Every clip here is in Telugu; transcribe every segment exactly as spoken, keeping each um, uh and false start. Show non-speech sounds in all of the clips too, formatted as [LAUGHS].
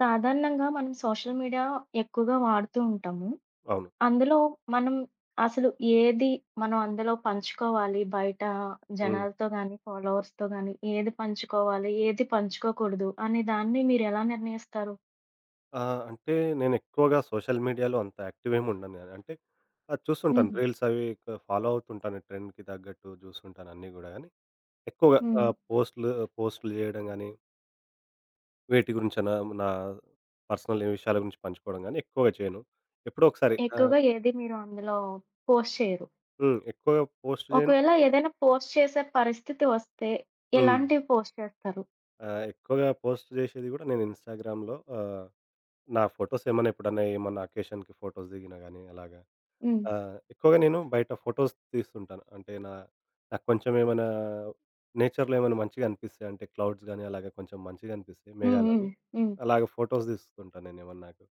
సాధారణంగా మనం సోషల్ మీడియా ఎక్కువగా వాడుతూ ఉంటాము. అవును. అందులో మనం అసలు ఏది మనం అందులో పంచుకోవాలి బయట హ్మ్. జనాలతో గానీ, ఫాలోవర్స్‌తో గానీ ఏది పంచుకోవాలి, ఏది పంచుకోకూడదు అనే దాన్ని మీరెలా నిర్ణయిస్తారు? ఆహ్, అంటే నేనెక్కువగా సోషల్ మీడియాలో అంత యాక్టివ్ ఏమి ఉండను నేను. అంటే అది చూస్తుంటాను హుహు. రీల్స్ అవి క ఫాలో అవుతుంటాను. ట్రెండ్‌కి తగ్గట్టు చూస్తుంటాను అన్నీ గూడా గానీ, ఎక్కువగా హ్మ్. ఆహ్, పోస్ట్‌లు పోస్ట్‌లు జేయడం గానీ, వేటి గురించైనా నా పర్సనల్ విషయాల గురించి పంచుకోవడం గానీ ఎక్కువగా చేయను. ఎప్పుడో ఒకసారి ఆహ్, ఎక్కువగా ఏది మీరు అందులో పోస్ట్ చేయరు. హ్మ్. ఎక్కువగా పోస్ట్ జేయను. ఒకవేళ ఏదైనా పోస్ట్ చేసే పరిస్థితి వస్తే హ్మ్. ఎలాంటివి పోస్ట్ చేస్తారు? ఆహ్, ఎక్కువగా పోస్ట్ జేసేది గూడా నేను ఇన్‌స్టాగ్రామ్‌లో ఆహ్, నా ఫోటోస్ ఏమన్నా ఎప్పుడన్నా ఏమన్నా అకేషన్‌కి ఫోటోస్ దిగినా గానీ అలాగా హ్మ్. ఆ! ఎక్కువగా నేను బయట ఫోటోస్ తీస్తుంటాను. అంటే నా నాకు కొంచెం ఏమైనా నేచర్‌లో ఏమైనా మంచిగా అనిపిస్తే అంటే క్లౌడ్స్ గాని అలాగే కొంచెం మంచిగా అనిపిస్తే హ్మ్. హ్మ్. మేఘాలవి. హ్మ్. అలాగే ఫోటోస్ తీస్తుంటాను నేనేమన్నా నాకు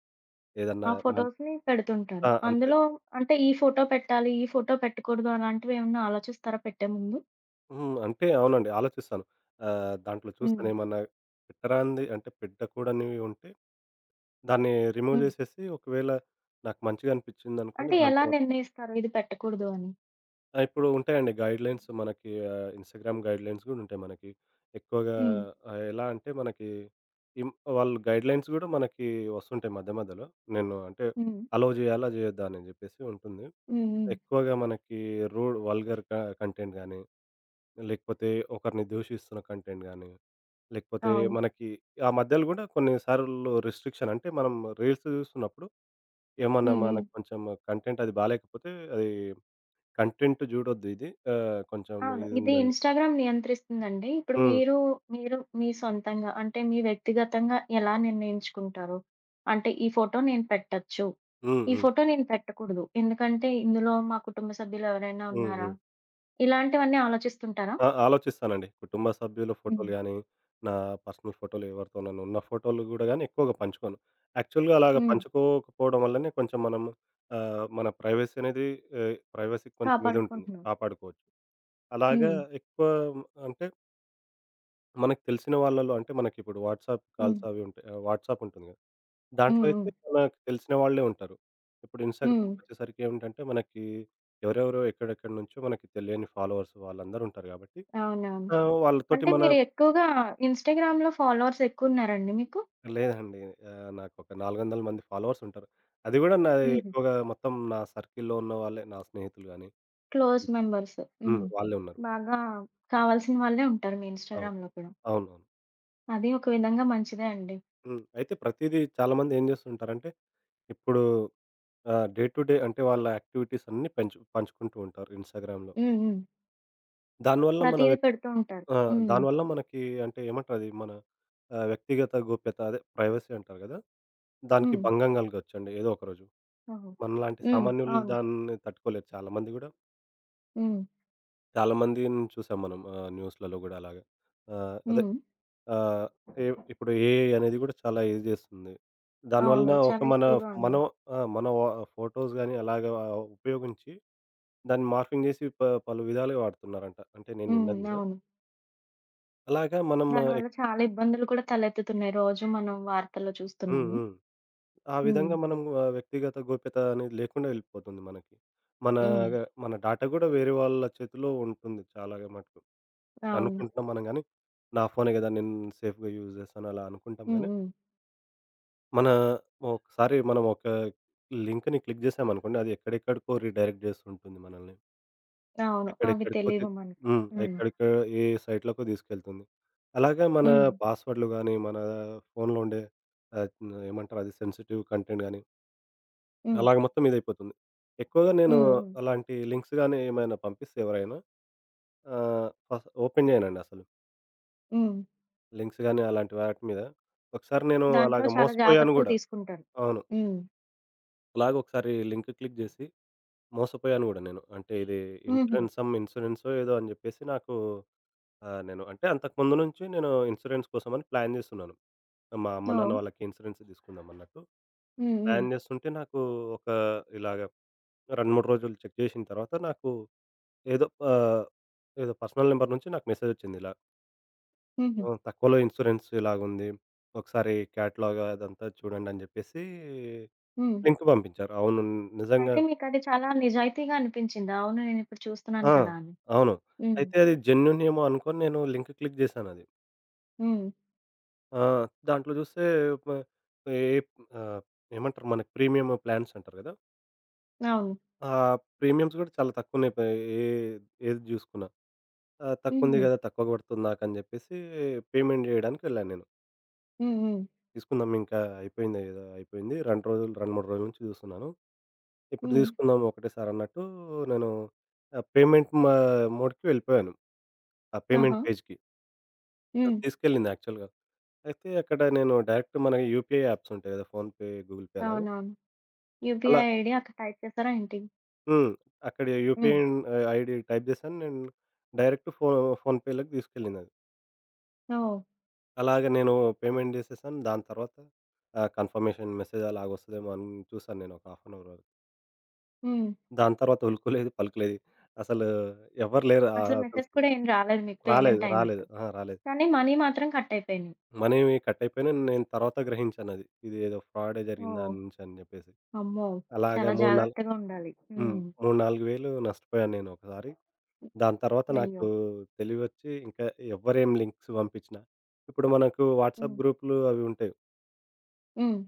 ఏదన్నా ఆ మన్ ఫోటోస్‌ని పెడుతుంటాను. ఆ! అంతే. అందులో అంటే ఈ ఫోటో పెట్టాలి, ఈ ఫోటో పెట్టకూడదు అలాంటివి ఏమన్నా ఆలోచిస్తారా పెట్టే ముందు? హ్మ్. అంటే అవునండి ఆలోచిస్తాను. ఆహ్, దాంట్లో హ్మ్. చూస్తాను ఏమన్నా పెట్టరానిది అంటే పెట్టకూడనివి ఉంటే దాన్ని రిమూవ్ హ్మ్. జేసేసి ఒకవేళ నాకు మంచిగా అనిపించిందనుకోండి అంటే దాని ఎలా తర్వాత నిర్ణయిస్తారు ఇది పెట్టకూడదు అని? ఆ! ఇప్పుడు ఉంటాయండి గైడ్‌లైన్స్ మనకి ఆహ్, ఇన్‌స్టాగ్రామ్ గైడ్‌లైన్స్ గూడా ఉంటాయి మనకి. ఎక్కువగా హ్మ్. ఆహ్, ఎలా అంటే మనకి ఇమ్ వాళ్ళు గైడ్‌లైన్స్ గూడా మనకి వస్తుంటాయి మధ్య మధ్యలో. నేను అంటే హ్మ్. అలో జేయాలా? జేయొద్దా? అని జెప్పేసి ఉంటుంది. హ్మ్. హ్మ్. ఎక్కువగా మనకి రూడ్ వల్గర్ క కంటెంట్ గానీ, లేకపోతే ఒకరిని దూషిస్తున్న కంటెంట్ గానీ, లేకపోతే అవును. మనకి ఆ మధ్యలో గూడా కొన్ని సార్లు రిస్ట్రిక్షన్ అంటే మనం రీల్స్ జూస్తున్నప్పుడు ఏమన్నా హ్మ్. హ్మ్. మనకు కొంచెం కంటెంట్ అది బాలేకపోతే అది కంటెంట్ జూడొద్దు ఇది. ఆహ్, కొంచెం అవును. ఇది ఇదుందని ఇన్‌స్టాగ్రామ్ నియంత్రిస్తుందండి. ఇప్పుడు హ్మ్. మీరు, మీరు మీ సొంతంగా అంటే మీ వ్యక్తిగతంగా ఎలా నిర్ణయించుకుంటారు? అంటే ఈ ఫోటో నేను పెట్టొచ్చు. హ్మ్. ఈ హ్మ్. ఫోటో నేను పెట్టకూడదు. ఎందుకంటే ఇందులో మా కుటుంబ సభ్యులు ఎవరైనా హ్మ్. ఉన్నారా? హ్మ్. ఇలాంటివన్నీ ఆలోచిస్తుంటారా? ఆ! ఆలోచిస్తానండి. కుటుంబ సభ్యుల హ్మ్. ఫోటోలు గానీ, నా పర్సనల్ ఫోటోలు ఎవరితోనన్నా ఉన్న ఫోటోలు గూడా గానీ ఎక్కువగా పంచుకోను. యాక్చువల్‌గా అలాగ హ్మ్. పంచుకోకపోవడం వల్లనే కొంచెం మనం ఆహ్, మన ప్రైవసీ అనేది ఆహ్, ప్రైవసీకి కొంచెం ఇదుంటుంది. కాపాడుకుంటున్నాం. కాపాడుకోవచ్చు. అలాగా హ్మ్. ఎక్కువ అంటే మనకు తెలిసిన వాళ్ళలో అంటే మనకిప్పుడు వాట్సాప్ హ్మ్. కాల్స్ అవి ఉంటాయి. ఆహ్, వాట్సాప్ ఉంటుంది గదా! హ్మ్. దాంట్లో హ్మ్. అయితే మనకు తెలిసిన వాళ్ళే ఉంటారు. ఇప్పుడు హ్మ్. ఇన్‌స్టాగ్రామ్‌కొచ్చేసరికి ఏమిటంటే మనకి ఎవరెవరో ఎక్కడెక్కడి నుంచో మనకి తెలియని ఫాలోవర్స్ వాళ్ళందరూ ఉంటారు గాబట్టి అవునవును. ఆహ్, వాళ్ళతోటి అంటే మన మీరు ఎక్కువగా ఇన్‌స్టాగ్రామ్‌లో ఫాలోవర్స్ ఎక్కువున్నారండి మీకు? లేదండి. ఆహ్, నాకొక నాలుగు వందల మంది ఫాలోవర్స్ ఉంటారు. అది గూడా నాది హుహు. ఎక్కువగా మొత్తం నా సర్కిల్‌లో ఉన్న వాళ్ళే. నా స్నేహితులు గాని క్లోజ్ మెంబర్స్. హ్మ్. హ్మ్. వాళ్ళే ఉన్నారు. బాగా కావాల్సిన వాళ్ళే ఉంటారు మీ అవును. ఇన్‌స్టాగ్రామ్‌లో కూడా. అవునవును. అది ఒక విధంగా మంచిదే అండి. హ్మ్. అయితే ప్రతీదీ చాలామంది ఏం జేస్తుంటారంటే ఇప్పుడు ఆ! డే టు డే అంటే వాళ్ళ యాక్టివిటీస్ అన్నీ పెంచు పంచుకుంటూ ఉంటారు ఇన్‌స్టాగ్రామ్‌లో. హ్మ్. హ్మ్. దానివల్ల మన ప్రతీది వ్యక్ పెడుతూ ఉంటారు. ఆ! హ్మ్. దానివల్ల మనకి అంటే ఏమంటారది మన ఆహ్, వ్యక్తిగత గోప్యత అదే ప్రైవసీ అంటారు గదా! దానికి హ్మ్. భంగం కలగొచ్చండి ఏదో ఒక రోజు. ఓహో! మనలాంటి హ్మ్. సామాన్యులు అవును. దాన్ని తట్టుకోలేరు చాలా మంది గూడా. హ్మ్. చాలా మందిని చూసాం మనం ఆహ్, న్యూస్‌లలో గూడా అలాగా. ఆహ్, అదే హ్మ్. ఆహ్, ఏ ఇప్పుడు ఏఐ అనేది గూడా చాలా ఇది జేస్తుంది. అవును. దానివలన ఒక చాలా మన ఎక్కువగా ఉంది. మనం ఆ! మన వ ఫోటోస్ గాని అలాగా ఉపయోగించి దాన్ని మార్ఫింగ్ జేసి ప పలు విధాలుగా వాడుతున్నారంట. అంటే నేను హ్మ్. విన్నది గూడా. అవును. అలాగా మనం దానివల్ల ఎక్ చాలా ఇబ్బందులు కూడా తలెత్తుతున్నాయి. రోజు మనం వార్తల్లో హ్మ్. చూస్తున్నాము. హ్మ్. ఆ హ్మ్. విధంగా మనం ఆహ్, వ్యక్తిగత గోప్యత అనేది లేకుండా వెళ్ళిపోతుంది మనకి. మన హ్మ్. గ మన డాటా గూడా వేరే వాళ్ళ చేతిలో ఉంటుంది చాలా మటుకు. అవును. అనుకుంటున్నాం మనం గానీ, నా ఫోనే గదా! నేను సేఫ్‌గా యూజ్ చేస్తాను అలా అనుకుంటాం హ్మ్. గానీ, హ్మ్. మన ఒకసారి మనం ఒక లింక్‌ని క్లిక్ చేసామనుకోండి, అది ఎక్కడెక్కడికో రీడైరెక్ట్ చేస్తుంటుంది మనల్ని. అవును. అవి ఎక్కడెక్కడికో తి తెలీవు మనకి. హ్మ్. హ్మ్. ఎక్కడిక ఏ సైట్‌లకో తీసుకెళ్తుంది. అలాగే మన హ్మ్. పాస్వర్డ్‌లు గానీ, మన ఫోన్‌లో ఉండే ఆహ్, ఏమంటారు అది సెన్సిటివ్ కంటెంట్ గానీ హ్మ్. అలాగ మొత్తం ఇదైపోతుంది. ఎక్కువగా నేను హ్మ్. హ్మ్. అలాంటి లింక్స్ గాని ఏమైనా పంపిస్తే ఎవరైనా ఆహ్, ఫస్ ఓపెన్ చేయనండి అసలు. హ్మ్. లింక్స్ గాని అలాంటి వాటి మీద. ఒకసారి నేను దాంట్లో అలాగ చాలా మోసపోయాను జాగ్రత్తలు గూడా. తీసుకుంటారు. అవును. హ్మ్. అలాగ ఒకసారి లింక్ క్లిక్ జేసి మోసపోయాను గూడా నేను. అంటే ఇది హుహు. ఇన్స్యూరెన్స్ సమ్ ఇన్స్యూరెన్సో ఏదో అని జెప్పేసి నాకు ఆహ్, నేను అంటే అంతకుముందు నుంచి నేను ఇన్స్యూరెన్స్ కోసమని ప్లాన్ జేస్తున్నాను. మా అమ్మ, ఓహ్! నాన్న వాళ్ళకి ఇన్స్యూరెన్స్ తీసుకుందాం అన్నట్టు. హ్మ్. హ్మ్. ప్లాన్ జేస్తుంటే నాకు ఒక ఇలాగ రెండు, మూడు రోజులు చెక్ జేసిన తర్వాత నాకు ఏదో ఆహ్, ఏదో పర్సనల్ నంబర్ నుంచి నాకు మెసేజొచ్చింది ఇలా. హుహు. ఆహ్, తక్కువలో ఇన్స్యూరెన్స్ ఇలాగుంది. ఒకసారి క్యాటలాగ్ అదంతా చూడండి అని జెప్పేసి హ్మ్. లింక్ పంపించారు. అవును. నిజంగా అయితే మీకది చాలా నిజాయితీగా అనిపించిందా? అవును, నేనిప్పుడు చూస్తున్నాను ఆ! కదా అని. అవును. హ్మ్. అయితే అది జెన్యూన్ ఏమో అనుకోని నేను లింక్ క్లిక్ జేశానది. హ్మ్. ఆ! దాంట్లో జూస్తే మ ఏ ఆహ్, ఏమంటారు మనకి ప్రీమియమ్ ప్లాన్స్ అంటారు గదా! అవును. ఆ ప్రీమియమ్స్ గూడా చాలా తక్కువనే ప ఏ ఏది జూసుకున్నా. ఆ! తక్కువుంది హుహు. గదా! తక్కువ గొడుతుంది నాకని జెప్పేసి పేమెంట్ జేయడానికి వెళ్ళాను నేను. హ్మ్. హ్మ్. తీసుకుందాం ఇంకా అయిపోయింది ఏదో అయిపోయింది. రెండు రోజులు రెండు, మూడు రోజుల నుంచి చూస్తున్నాను. ఇప్పుడు హ్మ్. తీసుకుందాం ఒకటేసారి అన్నట్టు నేను ఆహ్, పేమెంట్ మా మోడ్‌కి వెళ్ళిపోయాను. ఆ ఆహా! పేమెంట్ పేజ్‌కి. అది హ్మ్. తీసుకెళ్ళింది యాక్చువల్‌గా. అయితే అక్కడ నేను డైరెక్ట్ మన యూపీఐ యాప్స్ ఉంటాయి కదా! ఫోన్‌పే, గూగుల్ పే అలాగా. అవునవును. అలా U P I I D అక్కడ టైప్ చేసారా ఏంటి? హ్మ్. అక్కడ హ్మ్. యూపీఐ ఆహ్, ఐడీ టైప్ చేశాను. నేను డైరెక్ట్ ఫో ఫోన్‌పేలోకి తీసుకెళ్ళిందది. ఓహ్! అలాగే నేను పేమెంట్ చేసేసాను. దాని తర్వాత ఆహ్, కన్ఫర్మేషన్ మెసేజ్ అలాగొస్తదేమో అని చూసాను నేను ఒక హాఫ్ అన్ అవర్ వరకు. హ్మ్. దాని తర్వాత ఉలుకులేదు, పలుకులేదు. అసలు ఎవ్వరు లేరు. అసలు ఆహ్, అసలు మెసేజ్ కూడా ఏం రాలేదు మీకు రాలేదు. పేమెంట్ అయినట్టు. రాలేదు. అహా! రాలేదు. కానీ మనీ మాత్రం కట్ అయిపోయినాయి. మనీవి కట్ అయిపోయినా నేను తర్వాత గ్రహించానది. ఇది ఏదో ఫ్రాడే జరిగింది ఓహ్! దాని నుంచి అని జెప్పేసి. అమ్మో! అలాగా చాలా మూడు, నాలుగు జాగ్రత్తగా ఉండాలి. హ్మ్. హ్మ్. మూడు, నాలుగు వేలు నష్టపోయాను నేను ఒకసారి. దాని తర్వాత అయ్యో! నాకు తెలివొచ్చి ఇంకా ఎవ్వరేం లింక్స్ పంపించినా ఇప్పుడు మనకు హ్మ్. వాట్సాప్ గ్రూపులు అవి ఉంటాయి. హ్మ్.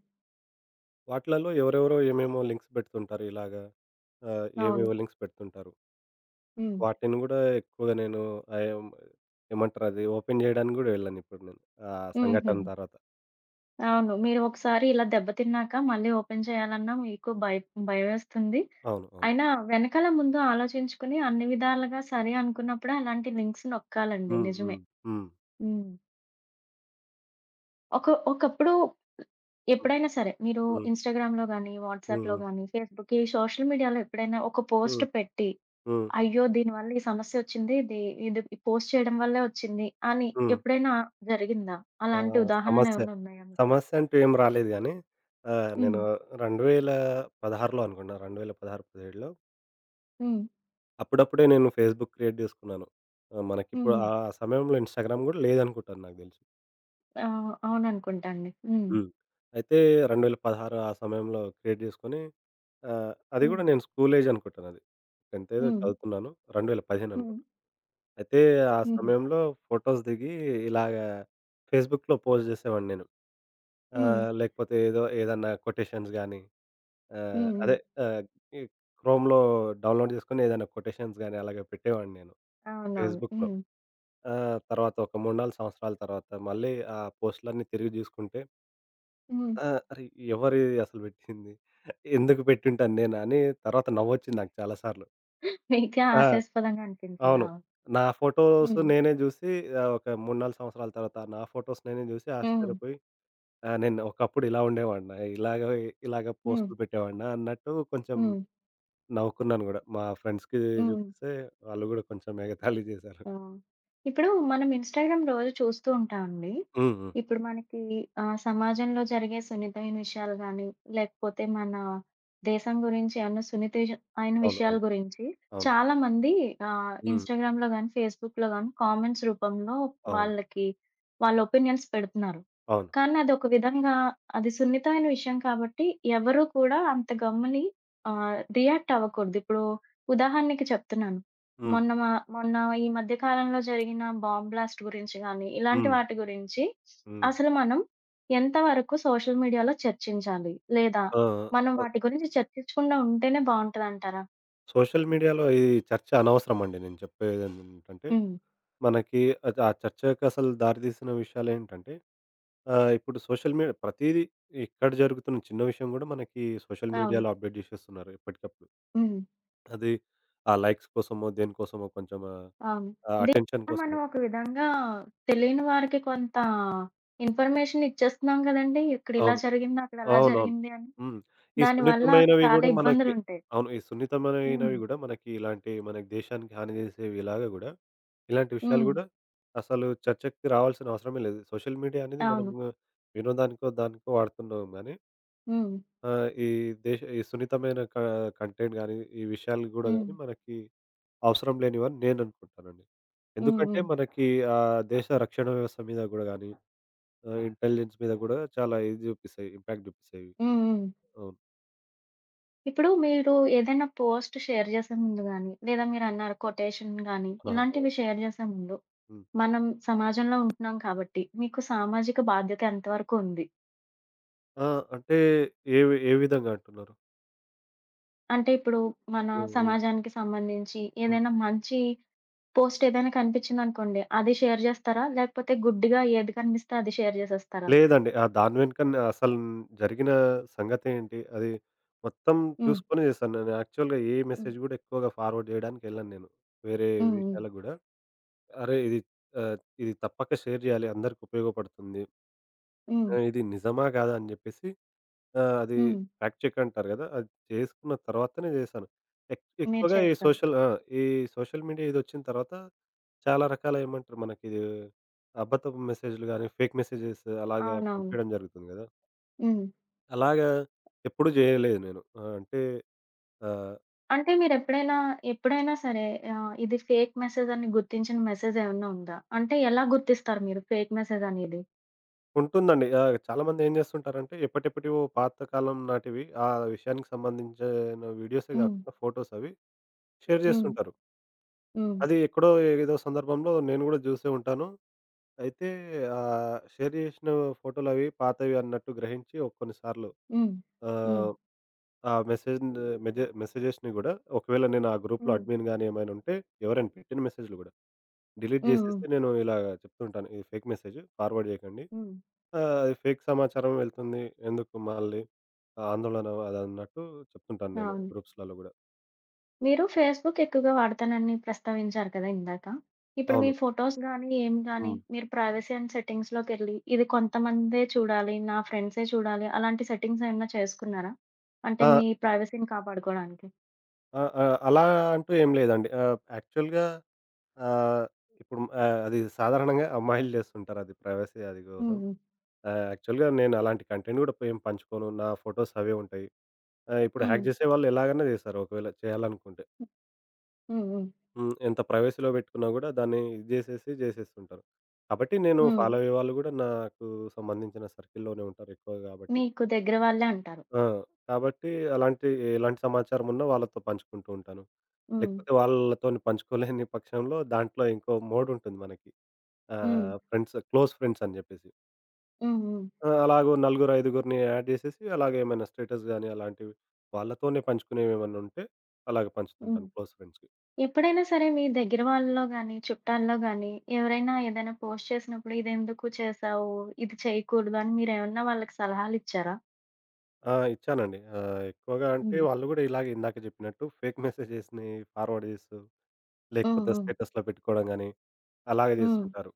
వాటిలలో ఎవరెవరో ఏమేమో లింక్స్ పెడుతుంటారు. ఇలాగా ఆహ్, అవును. ఏవేవో లింక్స్ పెడుతుంటారు. హ్మ్. వాటిని గూడా ఎక్కువగా నేను ఆహ్, ఏం ఏమంటారది ఓపెన్ జేయడానికి గూడా వెళ్ళను ఇప్పుడు నేను. ఆ హుహు. సంఘటన తర్వాత. అవును. మీరు ఒకసారి ఇలా దెబ్బతిన్నాక మళ్ళీ ఓపెన్ చేయాలన్నా మీకు భయ భయమేస్తుంది. అవును. అవును. అయినా వెనకాల ముందు ఆలోచించుకొని అన్ని విధాలుగా సరే అనుకున్నప్పుడే అలాంటి లింక్స్ నొక్కాలండి. హ్మ్. నిజమే. హ్మ్. హ్మ్. హ్మ్. ఒక ఒకప్పుడు హ్మ్. ఎప్పుడైనా సరే మీరు హ్మ్. ఇన్‌స్టాగ్రామ్‌లో గాని, వాట్సాప్‌లో హ్మ్. గాని, ఫేస్‌బుక్ ఈ సోషల్ మీడియాలో ఎప్పుడైనా ఒక పోస్ట్ హ్మ్. పెట్టి హ్మ్. అయ్యో! దీనివల్ల ఈ సమస్యొచ్చింది. ఇది ఇది పోస్ట్ చేయడం వల్లే వచ్చింది అని హ్మ్. ఎప్పుడైనా జరిగిందా? ఆ! అలాంటి సమస్య. ఉదాహరణలేమన్నా ఉన్నాయా మీకు? సమస్య అంటూ ఏం రాలేదు గానీ ఆహ్, హ్మ్. నేను 2016లో అనుకుంటా. రెండు వేల పదహారు, 17లో హ్మ్. అప్పుడప్పుడే నేను ఫేస్‌బుక్ క్రియేట్ జేసుకున్నాను. ఆహ్, హ్మ్. మనకిప్పుడు హ్మ్. ఆ సమయంలో ఇన్‌స్టాగ్రామ్ గూడా లేదనుకుంటాను నాకు దెలిసి. ఆ! అవుననుకుంటా అండి. హ్మ్. హ్మ్. అయితే రెండు వేల పదహారు ఆ సమయంలో క్రియేట్ జేసుకొని ఆహ్, అది హ్మ్. గూడా నేను స్కూల్ ఏజ్ అనుకుంటానది. 10థ్ ఏదో హ్మ్. చదువుతున్నాను. రెండు వేల పదిహేను హ్మ్. అనుకుంటా. అయితే ఆ హుహు. సమయంలో ఫోటోస్ దిగి ఇలాగ ఫేస్‌బుక్‌లో పోస్ట్ జేసేవాడిని నేను. హ్మ్. ఆహ్, లేకపోతే ఏదో ఏదన్నా కొటేషన్స్ గానీ ఆహ్, హ్మ్. హ్మ్. అదే ఆహ్, ఈ క్రోమ్‌లో డౌన్‌లోడ్ జేసుకొని ఏదైనా కొటేషన్స్ గానీ అలాగే పెట్టేవాడిని నేను అవునవును. ఫేస్‌బుక్‌లో. హ్మ్. ఆ! తర్వాత ఒక మూడు, నాలుగు సంవత్సరాల తర్వాత మళ్ళీ ఆ పోస్ట్‌లన్నీ తిరిగి జూసుకుంటే హ్మ్. ఆ! అరే! ఎవరు ఇది అసలు పెట్టింది? ఎందుకు పెట్టుంటాను నేను అని తర్వాత నవ్వొచ్చింది నాకు చాలా సార్లు. మీకే ఆ! హాస్యాస్పదంగా అవును. అనిపించిందా? నా ఫోటోస్ హ్మ్. నేనే జూసి ఆహ్, ఒక మూడు, నాలుగు సంవత్సరాల తర్వాత నా ఫోటోస్ నేనే జూసి హ్మ్. ఆశ్చర్యపోయి ఆ! నేను ఒకప్పుడు ఇలా ఉండేవాడినా? ఇలాగ ఇలాగ హ్మ్. పోస్టులు పెట్టేవాడినా? అన్నట్టు కొంచెం హ్మ్. నవ్వుకున్నాను గూడా. మా ఫ్రెండ్స్‌కి హ్మ్. జూపిస్తే వాళ్ళు గూడా కొంచెం ఎగతాళి జేశారు. ఆ! ఇప్పుడు మనం ఇన్‌స్టాగ్రామ్ రోజు చూస్తూ ఉంటామండి. హ్మ్. హ్మ్. ఇప్పుడు మనకి ఆహ్, సమాజంలో జరిగే సున్నితమైన విషయాలు గాని, లేకపోతే మన దేశం గురించి ఏమన్నా సున్నిత విష అయిన అవును. విషయాల అవును. గురించి అవును. చాలామంది ఆహ్, హ్మ్. ఇన్‌స్టాగ్రామ్‌లో గాని, ఫేస్‌బుక్‌లో గాని కామెంట్స్ రూపంలో అవును. వాళ్ళకి వాళ్ళ ఒపీనియన్స్ పెడుతున్నారు. అవును. కానీ అదొక విధంగా అది సున్నితమైన విషయం కాబట్టి ఎవరు కూడా అంత గమ్ముని ఆహ్, రియాక్ట్ అవ్వకూడదు. ఇప్పుడు ఉదాహరణకి చెప్తున్నాను. హ్మ్. మొన్న మా మొన్న ఈ మధ్య కాలంలో జరిగిన బాంబ్ బ్లాస్ట్ గురించి గాని, ఇలాంటి హ్మ్. వాటి గురించి హ్మ్. అసలు మనం ఎంతవరకు సోషల్ మీడియాలో చర్చించాలి? లేదా ఆ! మనం ఆ! వాటి గురించి చర్చించకుండా ఉంటేనే బావుంటదంటారా? సోషల్ మీడియాలో ఈ చర్చ అనవసరం అండి. నేను చెప్పేదేంటంటే, హ్మ్. మనకి అది ఆ చర్చకి అసలు దారితీసిన విషయాలేంటంటే, ఆహ్, ఇప్పుడు సోషల్ మీడియా ప్రతీదీ ఎక్కడ జరుగుతున్న చిన్న విషయం గూడా మనకి సోషల్ అవును. మీడియాలో అప్‌డేట్ జేసేస్తున్నారు ఎప్పటికప్పుడు. హ్మ్. అది ఆ లైక్స్ కోసమో, దేనికోసమో కొంచెం అవును. ఆహ్, అటెన్షన్ మనం కోసమో ఒక విధంగా తెలియని వారికి కొంత ఇన్ఫర్మేషన్ ఇచ్చేస్తున్నాం గదండీ! ఇక్కడ ఇలా అవును. జరిగింది, అక్కడ అలా అవునవును. జరిగింది అని. హ్మ్. ఈ దానివల్ల సున్నితమైనవి చాలా గూడా మనకి ఇబ్బందులుంటాయి. అవును. ఈ హ్మ్. సున్నితమైనవి గూడా మనకి ఇలాంటి మనకి దేశానికి హాని చేసేవి ఇలాగ గూడా ఇలాంటి విషయాలు హ్మ్. గూడా అసలు చర్చకి రావాల్సిన అవసరమే లేదు. సోషల్ మీడియా అనేది అవును. మనము వినోదానికో దానికో వాడుతున్నాం గానీ హ్మ్. ఆహ్, ఈ దేశ ఈ సున్నితమైన క కంటెంట్ గానీ, ఈ విషయాలు గూడా హ్మ్. గానీ మనకి అవసరం లేనివని నేననుకుంటానండి. హ్మ్. ఎందుకంటే హ్మ్. మనకి ఆహ్, దేశ రక్షణ వ్యవస్థ మీద గూడా గానీ, ఆహ్, ఇంటెలిజెన్స్ మీద గూడా చాలా ఇది చూపిస్తాయి. ఇంపాక్ట్ చూపిస్తాయి. హ్మ్. హ్మ్. అవును. ఇప్పుడు మీరు ఏదైనా పోస్ట్ షేర్ చేసే ముందు గానీ, లేదా మీరన్నారు కొటేషన్ గానీ, ఆహా! అవును. ఇలాంటివి షేర్ చేసే ముందు, హ్మ్. మనం సమాజంలో ఉంటున్నాం కాబట్టి, మీకు సామాజిక బాధ్యత ఎంతవరకు ఉంది? ఆ! అంటే ఏ వి ఏ విధంగా అంటున్నారు? అంటే ఇప్పుడు మన హ్మ్. హ్మ్. సమాజానికి సంబంధించి హ్మ్. ఏదైనా మంచి పోస్ట్ ఏదైనా కనిపించిందనుకోండి, అది షేర్ చేస్తారా? లేకపోతే గుడ్డిగా ఏది కనిపిస్తే అది షేర్ చేసేస్తారా? లేదండి. ఆ దాని వెనుకనే అసలు జరిగిన సంగతేంటి? అది మొత్తం హ్మ్. చూసుకొని చేశాను. నేను యాక్చువల్‌గా ఏ హ్మ్. మెసేజ్ గూడా ఎక్కువగా ఫార్వర్డ్ జేయడానికి ఎళ్ళను నేను. వేరే హ్మ్. హ్మ్. విషయాలకు గూడా. అరే! ఇది ఆహ్, ఇది తప్పక షేర్ జేయాలి. అందరికి ఉపయోగపడుతుంది. హ్మ్. ఆహ్, ఇది నిజమా? కాదా? అని జెప్పేసి ఆహ్, అది హ్మ్. ఫ్యాక్ట్ చెక్ అంటారు గదా! అది చేసుకున్న తర్వాతనే జేశాను. ఎక్ మీరు ఎక్కువగా ఈ చేస్తారు. సోషల్ ఆ! ఈ సోషల్ మీడియా ఇదొచ్చిన తర్వాత చాలా రకాల ఏమంటారు మనకిది అబద్ధపు మెసేజ్‌లు గాని, ఫేక్ మెసేజెస్ అలాగా అవునవును. పంపీయడం జరుగుతుంది గదా! హ్మ్. అలాగా ఎప్పుడు జేయలేదు నేను. ఆహ్, అంటే ఆహ్, అంటే మీరెప్పుడైనా ఎప్పుడైనా ఎప్పుడైనా సరే ఆహ్, ఇది ఫేక్ మెసేజ్ అని గుర్తించిన మెసేజ్ ఏమన్నా ఉందా? అంటే ఎలా గుర్తిస్తారు మీరు ఫేక్ మెసేజ్ అనేది? ఉంటుందండి. ఆహ్, చాలామంది ఏం జేస్తుంటారంటే ఎప్పటెప్పటివో పాతకాలం నాటివి ఆ విషయానికి సంబంధించిన వీడియోసే హ్మ్. గాకుండా ఫోటోస్ అవి షేర్ హ్మ్. జేస్తుంటారు. హ్మ్. అది ఎక్కడో ఏదో సందర్భంలో నేను గూడా జూసే ఉంటాను. అయితే ఆహ్, షేర్ జేసిన ఫోటోలవి పాతవి అన్నట్టు గ్రహించి ఓ కొన్నిసార్లు హ్మ్. హ్మ్. ఆహ్ ఆ మెసేజ్‌ని మెజె మెసేజెస్‌ని గూడా ఒకవేళ నేను ఆ హ్మ్. గ్రూప్‌లో హ్మ్. అడ్మిన్ గాని ఏమైనా ఉంటే ఎవరైనా పెట్టిన మెసేజ్‌లు గూడా డిలీట్ హ్మ్. జేసేస్తే నేను ఇలాగ చెప్తూ ఉంటాను. ఇది ఫేక్ మెసేజ్ ఫార్వర్డ్ జేయకండి. హ్మ్. ఆహ్, అది ఫేక్ సమాచారం వెళ్తుంది. ఎందుకు మళ్ళీ ఆందోళన అదన్నట్టు చెప్తుంటాను నేను అవును. గ్రూప్స్‌లలో గూడా. మీరు ఫేస్‌బుక్ ఎక్కువగా వాడతానని ప్రస్తావించారు కదా ఇందాక. ఇప్పుడు మీ అవును. ఫోటోస్ గాని, ఏం గాని హ్మ్. మీరు ప్రైవసీ అండ్ సెట్టింగ్స్‌లోకెళ్ళి ఇది కొంతమందే చూడాలి, నా ఫ్రెండ్సే చూడాలి అలాంటి సెట్టింగ్స్ ఏమన్నా చేసుకున్నారా? అంటే ఆ! మీ ప్రైవసీని కాపాడుకోవడానికి? ఆ! ఆ! అలా అంటూ ఏం లేదండి. ఆహ్, యాక్చువల్‌గా ఆహ్, ఇప్పుడు ఆహ్, అది సాధారణంగా అమ్మాయిలు జేస్తుంటారు అది ప్రైవసీ అది కోసం. హ్మ్. ఆహ్, యాక్చువల్‌గా నేను అలాంటి కంటెంట్ గూడా ఏం పంచుకోను. నా ఫోటోస్ అవే ఉంటాయి. ఆ! ఇప్పుడు హ్మ్. హ్యాక్ జేసేవాళ్ళు ఎలాగైనా జేస్తారు ఒకవేళ చేయాలనుకుంటే. హ్మ్. హ్మ్. హ్మ్. హ్మ్. ఎంత ప్రైవసీలో బెట్టుకున్నా గూడా దాన్ని ఇది జేసేసి జేసేస్తుంటారు. కాబట్టి నేను హ్మ్. ఫాలో అయ్యే వాళ్ళు గూడా నాకు సంబంధించిన సర్కిల్‌లోనే ఉంటారు ఎక్కువ గాబట్టి. మీకు దగ్గర వాళ్ళే అంటారు. ఆ! కాబట్టి అలాంటి ఎలాంటి సమాచారం ఉన్నా వాళ్ళతో పంచుకుంటూ ఉంటాను. హ్మ్. లేకపోతే వాళ్ళతోని పంచుకోలేని పక్షంలో దాంట్లో ఇంకో మోడుంటుంది మనకి. హ్మ్. ఆహ్, ఫ్రెండ్స్ క్లోజ్ ఫ్రెండ్స్ అని జెప్పేసి. హ్మ్. హ్మ్. ఆ! అలాగో నలుగురు, ఐదుగురిని యాడ్ జేసేసి అలాగే ఏమైనా స్టేటస్ గాని అలాంటివి వాళ్ళతోనే పంచుకునేవేమన్నా ఉంటే అలాగ హ్మ్. పంచుతుంటాను క్లోజ్ ఫ్రెండ్స్‌కి. ఎప్పుడైనా సరే మీ దగ్గర వాళ్ళలో గాని, చుట్టాల్లో గాని ఎవరైనా ఏదైనా పోస్ట్ చేసినప్పుడు "ఇదెందుకు చేశావు? ఇది చేయకూడదు" అని మీరేమన్నా వాళ్ళకి సలహాలిచ్చారా? ఆ! ఇచ్చానండి. ఆహ్, ఎక్కువగా అంటే హ్మ్. వాళ్ళు గూడా ఇలాగే ఇందాక జెప్పినట్టు ఫేక్ [LAUGHS] మెసేజెస్‌ని ఫార్వర్డ్ జేస్తూ, హ్మ్. లేకపోతే హ్మ్. స్టేటస్‌లో పెట్టుకోవడం గానీ, అలాగే హ్మ్. జేస్తుంటారు.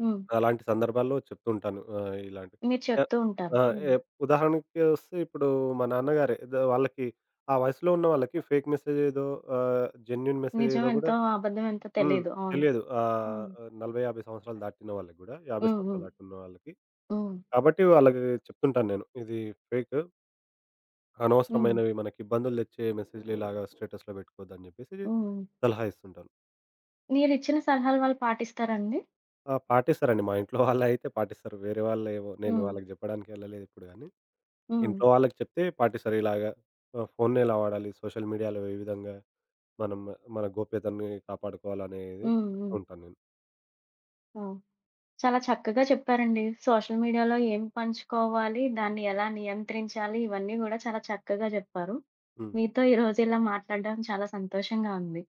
హ్మ్. అలాంటి సందర్భాల్లో చెప్తుంటాను. ఆహ్, ఇలాంటి మీరు య చెప్తూ ఉంటారు. ఆ! హ్మ్. ఎప్ ఉదాహరణకి వస్తే ఇప్పుడు మా నాన్నగారే ద వాళ్ళకి ఆ వయసులో ఉన్న వాళ్ళకి ఫేక్ మెసేజ్ ఏదో ఆహ్, జెన్యూన్ మెసేజ్ నిజం ఏదో గూడా ఎంతో, అబద్ధం ఎంతో హ్మ్. తెలీదు. అవును. తెలియదు. ఆహ్, హ్మ్. నలభై, యాభై సంవత్సరాలు దాటిన వాళ్ళకి గూడా, యాభై హ్మ్. సంవత్సరాలు హ్మ్. దాటున్న వాళ్ళకి. హ్మ్. కాబట్టి వాళ్ళకి చెప్తుంటాను నేను. ఇది ఫేకు హ్మ్. అనవసరమైనవి మనకి ఇబ్బందులు తెచ్చే మెసేజ్‌లు ఇలాగా స్టేటస్‌లో పెట్టుకోవద్దని జెప్పేసి హ్మ్. సలహా ఇస్తుంటాను. మీరిచ్చిన సలహాలు వాళ్ళు పాటిస్తారా అండి? ఆ! పాటిస్తారండి మా ఇంట్లో వాళ్ళైతే పాటిస్తారు. వేరే వాళ్ళేమో నేను హ్మ్. వాళ్ళకి జెప్పడానికి వెళ్ళలేదు ఇప్పుడు గానీ, హ్మ్. ఇంట్లో వాళ్ళకి చెప్తే పాటిస్తారు ఇలాగ ఆహ్, ఫోన్‌ని ఎలా వాడాలి, సోషల్ మీడియాలో ఏ విధంగా మనం మన గోప్యతని కాపాడుకోవాలనేది హ్మ్. చెప్తూ హ్మ్. ఉంటాను నేను. ఆ! చాలా చక్కగా చెప్పారండి. సోషల్ మీడియాలో ఏం పంచుకోవాలి, దాన్ని ఎలా నియంత్రించాలి, ఇవన్నీ గూడా చాలా చక్కగా జెప్పారు. హ్మ్. మీతో ఈరోజు ఇలా మాట్లాడడం చాలా సంతోషంగా ఉంది.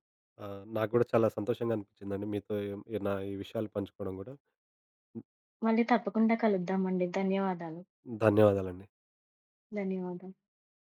ఆ! నాకు గూడా చాలా సంతోషంగా అనిపించిందండి మీతో ఈ ఈ నా ఈ విషయాలు పంచుకోవడం గూడా. మళ్ళీ తప్పకుండా కలుద్దామండి. ధన్యవాదాలు. ధన్యవాదాలండి. ధన్యవాదాలు.